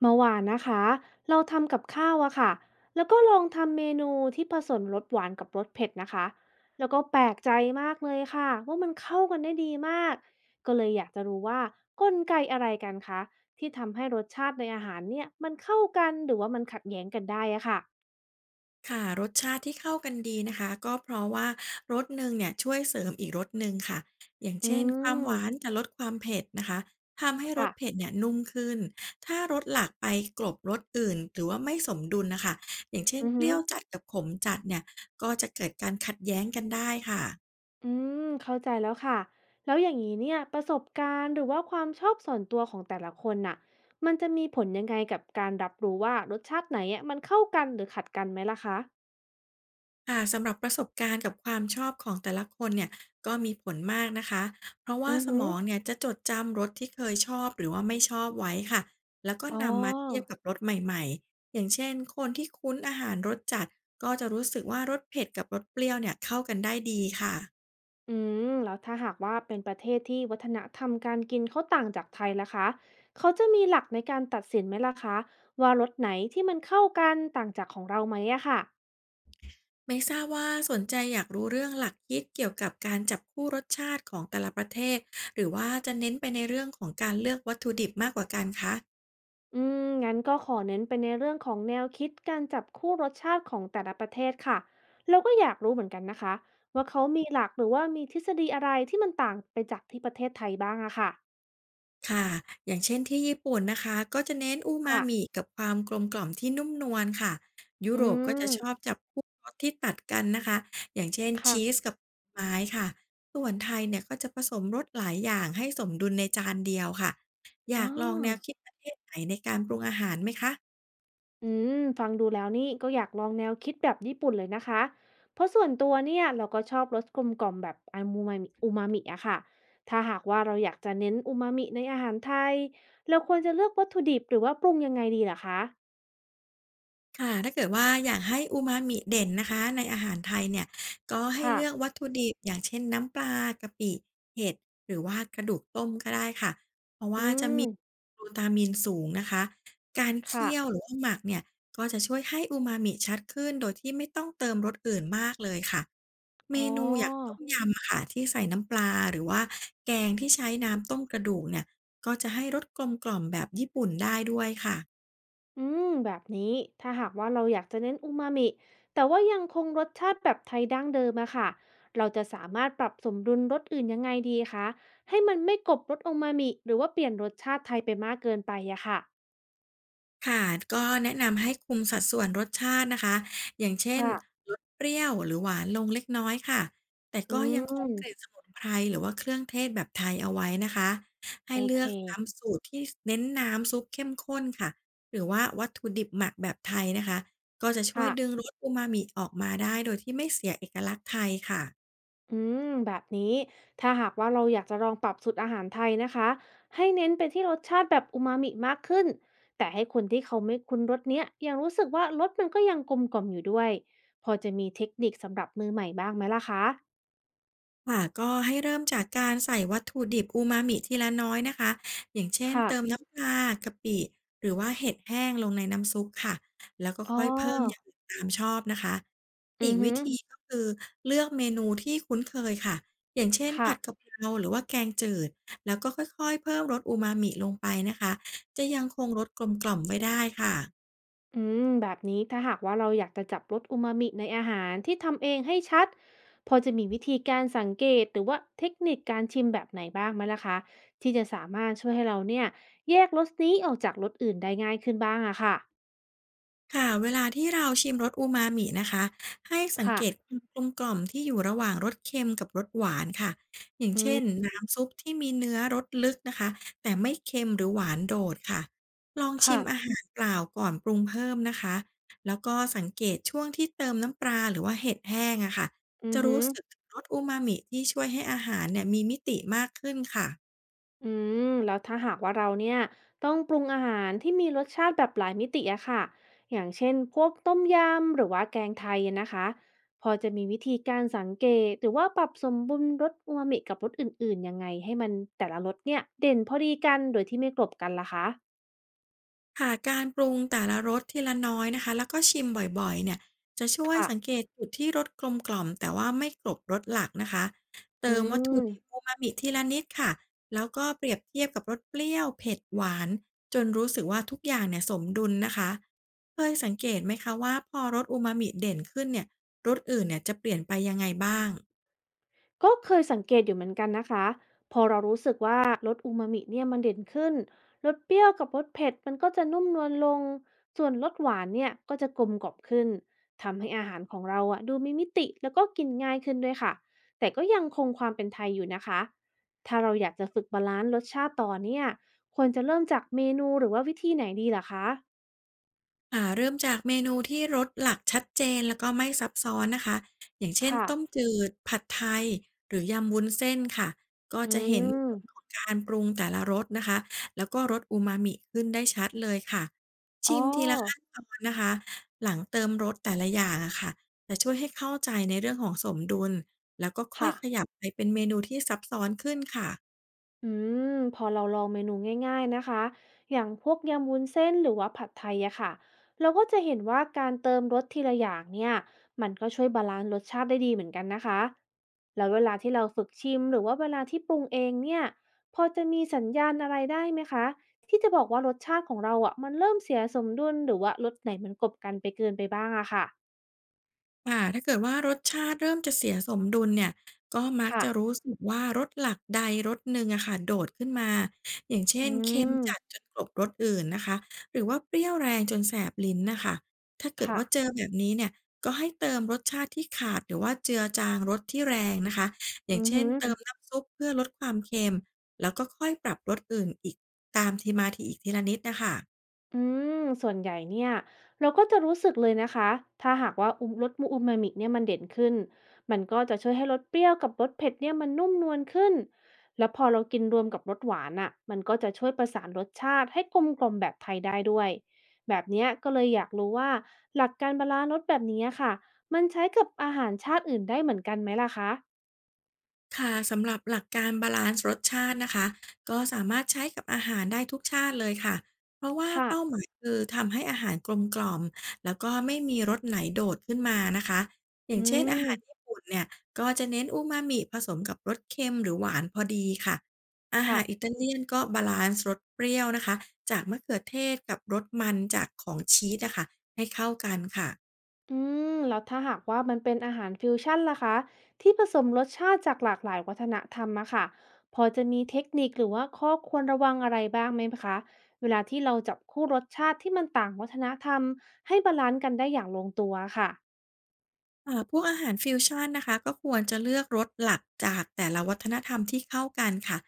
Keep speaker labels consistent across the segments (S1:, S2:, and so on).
S1: เมื่อวานนะคะเราทำกับข้าวอะค่ะแล้วก็ลองทำเมนูที่ผสมรสหวานกับรสเผ็ดนะคะแล้วก็แปลกใจมากเลยค่ะว่ามันเข้ากันได้ดีมากก็เลยอยากจะรู้ว่ากลไกอะไรกันคะที่ทำให้รสชาติในอาหารเนี่ยมันเข้ากันหรือว่ามันขัดแย้งกันได้อะค่ะ
S2: ค่ะรสชาติที่เข้ากันดีนะคะก็เพราะว่ารสหนึ่งเนี่ยช่วยเสริมอีกรสหนึ่งค่ะอย่าง
S1: อื
S2: เช่นความ
S1: ม
S2: หวานจะลดความเผ็ดนะคะทำให้รสเผ็
S1: ค่ะ
S2: ดเนี่ยนุ่มขึ้นถ้ารสหลักไปกลบรสอื่นหรือว่าไม่สมดุลนะคะอย่างเช่น
S1: อือ
S2: เป
S1: ฮึ
S2: รี้ยวจัดกับขมจัดเนี่ยก็จะเกิดการขัดแย้งกันได้ค่ะ
S1: อืมเข้าใจแล้วค่ะแล้วอย่างนี้เนี่ยประสบการณ์หรือว่าความชอบส่วนตัวของแต่ละคนน่ะมันจะมีผลยังไงกับการรับรู้ว่ารสชาติไหนอะมันเข้ากันหรือขัดกันไหมล่ะคะ
S2: ค่ะสำหรับประสบการณ์กับความชอบของแต่ละคนเนี่ยก็มีผลมากนะคะเพราะว่า
S1: อือ
S2: ส
S1: หื
S2: ม
S1: อ
S2: องเนี่ยจะจดจำรสที่เคยชอบหรือว่าไม่ชอบไว้ค่ะแล้วก็
S1: อ๋อ
S2: นำมาเทียบกับรสใหม่ๆอย่างเช่นคนที่คุ้นอาหารรสจัดก็จะรู้สึกว่ารสเผ็ดกับรสเปรี้ยวเนี่ยเข้ากันได้ดีค่ะ
S1: อืมแล้วถ้าหากว่าเป็นประเทศที่วัฒนธรรมการกินเขาต่างจากไทยล่ะคะเขาจะมีหลักในการตัดสินไหมล่ะคะว่ารสไหนที่มันเข้ากันต่างจากของเราไหมอะค่ะ
S2: ไม่ทราบว่าสนใจอยากรู้เรื่องหลักคิดเกี่ยวกับการจับคู่รสชาติของแต่ละประเทศหรือว่าจะเน้นไปในเรื่องของการเลือกวัตถุดิบมากกว่ากันคะ
S1: อืมงั้นก็ขอเน้นไปในเรื่องของแนวคิดการจับคู่รสชาติของแต่ละประเทศค่ะเราก็อยากรู้เหมือนกันนะคะว่าเขามีหลักหรือว่ามีทฤษฎีอะไรที่มันต่างไปจากที่ประเทศไทยบ้างอะค่ะ
S2: ค่ะอย่างเช่นที่ญี่ปุ่นนะคะก็จะเน้นอูมา
S1: ค่ะ
S2: มิกับความกลมกล่อมที่นุ่มนวลค่ะยุ
S1: อื
S2: โรปก็จะ
S1: ม
S2: ชอบจับคู่รสที่ตัดกันนะคะอย่างเช่น
S1: ค่ะ
S2: ชีสกับไม้ค่ะส่วนไทยเนี่ยก็จะผสมรสหลายอย่างให้สมดุลในจานเดียวค่ะอ
S1: อ๋อ
S2: ยากลองแนวคิดประเทศไหนในการปรุงอาหารไหมคะ
S1: อืมฟังดูแล้วนี่ก็อยากลองแนวคิดแบบญี่ปุ่นเลยนะคะเพราะส่วนตัวเนี่ยเราก็ชอบรสกลมกล่อมแบบอามูมามิอูมามิอะค่ะถ้าหากว่าเราอยากจะเน้นอูมามิในอาหารไทยเราควรจะเลือกวัตถุดิบหรือว่าปรุงยังไงดีล่ะคะ
S2: ค่ะถ้าเกิดว่าอยากให้อูมามิเด่นนะคะในอาหารไทยเนี่ยก็ให้
S1: ค่ะ
S2: เลือกวัตถุดิบอย่างเช่นน้ำปลากะปิเห็ดหรือว่ากระดูกต้มก็ได้ค่ะเพราะ
S1: อื
S2: ว่าจะ
S1: ม
S2: มีกลูตามินสูงนะคะการ
S1: ค่ะ
S2: เคี่ยวหรือว่าหมักเนี่ยก็จะช่วยให้อูมามิชัดขึ้นโดยที่ไม่ต้องเติมรสอื่นมากเลยค่ะเม
S1: อ๋อ
S2: นูอย่างต้มยำอะค่ะที่ใส่น้ำปลาหรือว่าแกงที่ใช้น้ำต้มกระดูกเนี่ยก็จะให้รสกลมกล่อมแบบญี่ปุ่นได้ด้วยค่ะ
S1: อืม แบบนี้ ถ้าหากว่าเราอยากจะเน้นอูมามิ แต่ว่ายังคงรสชาติแบบไทยดั้งเดิมอะค่ะเราจะสามารถปรับสมดุลรสอื่นยังไงดีคะให้มันไม่กลบรสอูมามิหรือว่าเปลี่ยนรสชาติไทยไปมากเกินไปอะค่ะ
S2: ค่ะก็แนะนำให้คุมสัดส่วนรสชาตินะคะอย่างเช่น
S1: ค่ะ
S2: ลดเปรี้ยวหรือหวานลงเล็กน้อยค่ะแต่
S1: อื
S2: ก็ยังคงก
S1: ม
S2: ลิ่นสมุนไพรหรือว่าเครื่องเทศแบบไทยเอาไว้นะคะให้
S1: โอ
S2: เลื
S1: เค
S2: อกน้ำสูตรที่เน้นน้ำซุปเข้มข้นค่ะหรือว่าวัตถุดิบหมักแบบไทยนะคะก็จะช่วย
S1: ค่ะ
S2: ดึงรสอูมามิออกมาได้โดยที่ไม่เสียเอกลักษณ์ไทยค่ะ
S1: อืมแบบนี้ถ้าหากว่าเราอยากจะลองปรับสูตรอาหารไทยนะคะให้เน้นไปที่รสชาติแบบอูมามิมากขึ้นแต่ให้คนที่เขาไม่คุ้นรสเนี้ยยังรู้สึกว่ารสมันก็ยังกลมกล่อมอยู่ด้วยพอจะมีเทคนิคสำหรับมือใหม่บ้างไหมล่ะคะ
S2: ค่ะก็ให้เริ่มจากการใส่วัตถุดิบอูมามิทีละน้อยนะคะอย่างเช่น
S1: ค่ะ
S2: เติมน้ำปลากะปิหรือว่าเห็ดแห้งลงในน้ำซุปค่ะแล้วก็
S1: อ๋อ
S2: ค่อยเพิ่มมอย่างอื่นตามชอบนะคะ
S1: อื
S2: อี
S1: อ
S2: ก
S1: ฮึ
S2: วิธีก็คือเลือกเมนูที่คุ้นเคยค่ะอย่างเช่น
S1: ค่ะ
S2: ผัดกะเพราหรือว่าแกงจืดแล้วก็ค่อยๆเพิ่มรสอูมามิลงไปนะคะจะยังคงรสกลมกล่อมไว้ได้ค่ะ
S1: อืมแบบนี้ถ้าหากว่าเราอยากจะจับรสอูมามิในอาหารที่ทำเองให้ชัดพอจะมีวิธีการสังเกตหรือว่าเทคนิคการชิมแบบไหนบ้างไหมล่ะคะที่จะสามารถช่วยให้เราเนี่ยแยกรสนี้ออกจากรสอื่นได้ง่ายขึ้นบ้างอะค่ะ
S2: ค่ะเวลาที่เราชิมรสอูมามินะคะให้สัง
S1: ค่ะ
S2: เกตความกลมกล่อมที่อยู่ระหว่างรสเค็มกับรสหวานค่ะอย่าง
S1: อื
S2: เช่น
S1: ม
S2: น้ำซุปที่มีเนื้อรสลึกนะคะแต่ไม่เค็มหรือหวานโดดค่ะลองชิมอา
S1: ค่ะ
S2: หารเปล่าก่อนปรุงเพิ่มนะคะแล้วก็สังเกตช่วงที่เติมน้ำปลาหรือว่าเห็ดแห้งอะค่ะ
S1: อือ
S2: จะ
S1: ฮึ
S2: รู้สึกถึงรสอูมามิที่ช่วยให้อาหารเนี่ยมีมิติมากขึ้นค่ะ
S1: อืมแล้วถ้าหากว่าเราเนี่ยต้องปรุงอาหารที่มีรสชาติแบบหลายมิติอะค่ะอย่างเช่นพวกต้มยำหรือว่าแกงไทยอะนะคะพอจะมีวิธีการสังเกตหรือว่าปรับสมดุลรสอูมามิกับรสอื่นๆยังไงให้มันแต่ละรสเนี่ยเด่นพอดีกันโดยที่ไม่กลบกันล่ะคะ
S2: ค่ะการปรุงแต่ละรสทีละน้อยนะคะแล้วก็ชิมบ่อยๆเนี่ยจะช่วย
S1: ค่ะ
S2: สังเกตจุดที่รสกลมกล่อมแต่ว่าไม่กลบรสหลักนะคะ
S1: อื
S2: เติมวัตถุ
S1: ม
S2: ดิบอูมามิทีละนิดค่ะแล้วก็เปรียบเทียบกับรสเปรี้ยวเผ็ดหวานจนรู้สึกว่าทุกอย่างเนี่ยสมดุลนะคะเคยสังเกตไหมคะว่าพอรสอูมามิเด่นขึ้นเนี่ยรสอื่นเนี่ยจะเปลี่ยนไปยังไงบ้าง
S1: ก็เคยสังเกตอยู่เหมือนกันนะคะพอเรารู้สึกว่ารสอูมามิเนี่ยมันเด่นขึ้นรสเปรี้ยวกับรสเผ็ดมันก็จะนุ่มนวลลงส่วนรสหวานเนี่ยก็จะกลมกล่อมขึ้นทำให้อาหารของเราอะดูมีมิติแล้วก็กินง่ายขึ้นด้วยค่ะแต่ก็ยังคงความเป็นไทยอยู่นะคะถ้าเราอยากจะฝึกบาลานซ์รสชาติต่อเนี่ยควรจะเริ่มจากเมนูหรือว่าวิธีไหนดีล่ะคะ
S2: ค่ะเริ่มจากเมนูที่รสหลักชัดเจนแล้วก็ไม่ซับซ้อนนะคะอย่างเช่น
S1: ค่ะ
S2: ต้มจืดผัดไทยหรือยำวุ้นเส้นค่ะก็
S1: อื
S2: จะเห็น
S1: ม
S2: ผลของการปรุงแต่ละรสนะคะแล้วก็รสอูมามิขึ้นได้ชัดเลยค่ะ
S1: อ๋อ
S2: ชิมทีละขั้นตอนนะคะหลังเติมรสแต่ละอย่างอะค่ะจะช่วยให้เข้าใจในเรื่องของสมดุลแล้วก็ค่อ
S1: ค่ะ
S2: ยขยับไปเป็นเมนูที่ซับซ้อนขึ้นค่ะ
S1: อืมพอเราลองเมนูง่ายๆนะคะอย่างพวกยำวุ้นเส้นหรือว่าผัดไทยอะค่ะเราก็จะเห็นว่าการเติมรสทีละอย่างเนี่ยมันก็ช่วยบาลานซ์รสชาติได้ดีเหมือนกันนะคะแล้วเวลาที่เราฝึกชิมหรือว่าเวลาที่ปรุงเองเนี่ยพอจะมีสัญญาณอะไรได้ไหมคะที่จะบอกว่ารสชาติของเราอะมันเริ่มเสียสมดุลหรือว่ารสไหนมันกลบกันไปเกินไปบ้างอะค่ะ
S2: ค่ะถ้าเกิดว่ารสชาติเริ่มจะเสียสมดุลเนี่ยก็มัก
S1: ค่ะ
S2: จะรู้สึกว่ารสหลักใดรสหนึ่งอะค่ะโดดขึ้นมาอย่าง
S1: อื
S2: เช่นเค็ม
S1: ม
S2: จัดจนกลบรสอื่นนะคะหรือว่าเปรี้ยวแรงจนแสบลิ้นน่ะค่ะถ้าเกิด
S1: ค่ะ
S2: ว่าเจอแบบนี้เนี่ยก็ให้เติมรสชาติที่ขาดหรือว่าเจือจางรสที่แรงนะคะอย่า
S1: อื
S2: ง
S1: อ
S2: เช่
S1: ฮึ
S2: นเติมน้ำซุปเพื่อลดความเค็มแล้วก็ค่อยปรับรสอื่นอีกตามทีมาทีอีกทีละนิดน่ะค่ะ
S1: อืม ส่วนใหญ่เนี่ยเราก็จะรู้สึกเลยนะคะ ถ้าหากว่ารสอูมามิเนี่ยมันเด่นขึ้น มันก็จะช่วยให้รสเปรี้ยวกับรสเผ็ดเนี่ยมันนุ่มนวลขึ้น แล้วพอเรากินรวมกับรสหวานอ่ะมันก็จะช่วยประสานรสชาติให้กลมกล่อมแบบไทยได้ด้วยแบบเนี้ยก็เลยอยากรู้ว่าหลักการบาลานซ์รสแบบนี้ค่ะมันใช้กับอาหารชาติอื่นได้เหมือนกันไหมล่ะคะ
S2: ค่ะสำหรับหลักการบาลานซ์รสชาตินะคะก็สามารถใช้กับอาหารได้ทุกชาติเลยค่ะเพราะว่าเป้า
S1: ค่ะ
S2: หมายคือทำให้อาหารกลมกล่อมแล้วก็ไม่มีรสไหนโดดขึ้นมานะคะอ
S1: อื
S2: ย่างเช่นอา
S1: ม
S2: หารญี่ปุ่นเนี่ยก็จะเน้นอูมามิผสมกับรสเค็มหรือหวานพอดีค่ะอา
S1: ค่ะ
S2: หารอิตาเลียนก็บาลานซ์รสเปรี้ยวนะคะจากมะเขือเทศกับรสมันจากของชีสนะคะให้เข้ากันค่ะ
S1: อืมแล้วถ้าหากว่ามันเป็นอาหารฟิวชั่นล่ะคะที่ผสมรสชาติจากหลากหลายวัฒนธรรมอะค่ะพอจะมีเทคนิคหรือว่าข้อควรระวังอะไรบ้างไหมคะเวลาที่เราจับคู่รสชาติที่มันต่างวัฒนธรรมให้บาลานซ์กันได้อย่างลงตัวค่ะ
S2: พวกอาหารฟิวชันนะคะก็ควรจะเลือกรสหลักจากแต่ละวัฒนธรรมที่เข้ากันค่ะ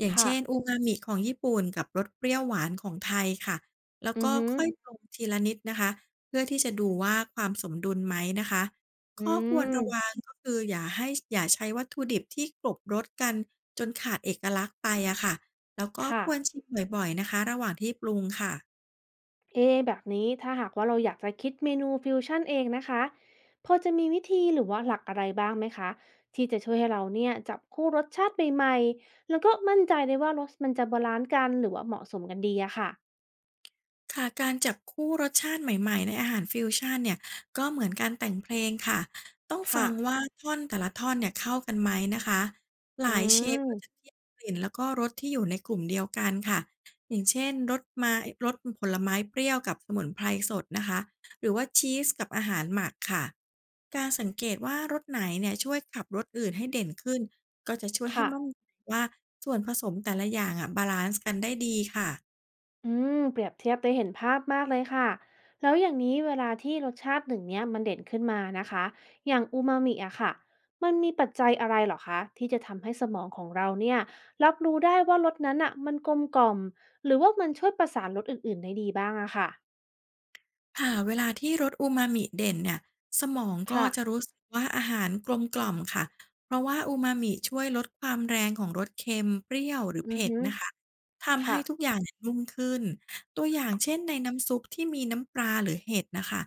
S2: อย่าง
S1: ค่ะ
S2: เช่นอูมามิของญี่ปุ่นกับรสเปรี้ยวหวานของไทยค่ะแล้ว
S1: อือ
S2: ก็
S1: ฮึ
S2: ค่อยปรุงทีละนิดนะคะเพื่อที่จะดูว่าความสมดุลไหมนะคะ
S1: อื
S2: ข้อควร
S1: ม
S2: ระวังก็คืออย่าให้อย่าใช้วัตถุดิบที่กลบรสกันจนขาดเอกลักษณ์ไปอะค่ะแล้วก็
S1: ค่ะ
S2: ควรชิมบ่อยๆนะคะระหว่างที่ปรุงค่ะ
S1: เอะแบบนี้ถ้าหากว่าเราอยากจะคิดเมนูฟิวชั่นเองนะคะพอจะมีวิธีหรือว่าหลักอะไรบ้างไหมคะที่จะช่วยให้เราเนี่ยจับคู่รสชาติใหม่ๆแล้วก็มั่นใจได้ว่ารสมันจะบาลานซ์กันหรือว่าเหมาะสมกันดีอะค่ะ
S2: ค่ะการจับคู่รสชาติใหม่ๆในอาหารฟิวชันเนี่ยก็เหมือนการแต่งเพลงค่ะต้อง
S1: ค่ะ
S2: ฟังว่าท่อนแต่ละท่อนเนี่ยเข้ากันไหมนะคะห
S1: อื
S2: ลายเชฟ
S1: ม
S2: ก็จะเทียบกลิ่นแล้วก็รสที่อยู่ในกลุ่มเดียวกันค่ะอย่างเช่นรสไม้รสผลไม้เปรี้ยวกับสมุนไพรสดนะคะหรือว่าชีสกับอาหารหมักค่ะการสังเกตว่ารสไหนเนี่ยช่วยขับรสอื่นให้เด่นขึ้นก็จะช่วยให้
S1: ค่ะ
S2: มั่นใจว่าส่วนผสมแต่ละอย่างอะบาลานซ์กันได้ดีค่ะ
S1: อืมเปรียบเทียบได้เห็นภาพมากเลยค่ะแล้วอย่างนี้เวลาที่รสชาติหนึ่งเนี้ยมันเด่นขึ้นมานะคะอย่างอูมามิอะค่ะมันมีปัจจัยอะไรเหรอคะที่จะทำให้สมองของเราเนี่ยรับรู้ได้ว่ารสนั้นอะมันกลมกล่อมหรือว่ามันช่วยประสานรสอื่นๆได้ดีบ้างอะค่ะ
S2: ค่ะเวลาที่รสอูมามิเด่นเนี่ยสมองก็
S1: ค่ะ
S2: จะรู้สึกว่าอาหารกลมกล่อมค่ะเพราะว่าอูมามิช่วยลดความแรงของรสเค็มเปรี้ยวหรือ
S1: อือ
S2: เผ็ด
S1: ฮึ
S2: นะคะทำ
S1: ค่ะ
S2: ให้ทุกอย่างเนี่ยนุ่มขึ้นตัวอย่างเช่นในน้ำซุปที่มีน้ำปลาหรือเห็ดนะคะ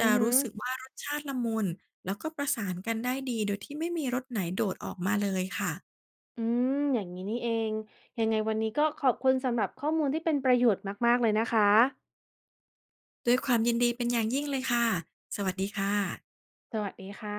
S1: อื
S2: ะ
S1: อฮึ
S2: รู้สึกว่ารสชาติละมุนแล้วก็ประสานกันได้ดีโดยที่ไม่มีรสไหนโดดออกมาเลยค่ะ
S1: อืมอย่างนี้นี่เองยังไงวันนี้ก็ขอบคุณสำหรับข้อมูลที่เป็นประโยชน์มากๆเลยนะคะ
S2: ด้วยความยินดีเป็นอย่างยิ่งเลยค่ะสวัสดีค่ะ
S1: สวัสดีค่ะ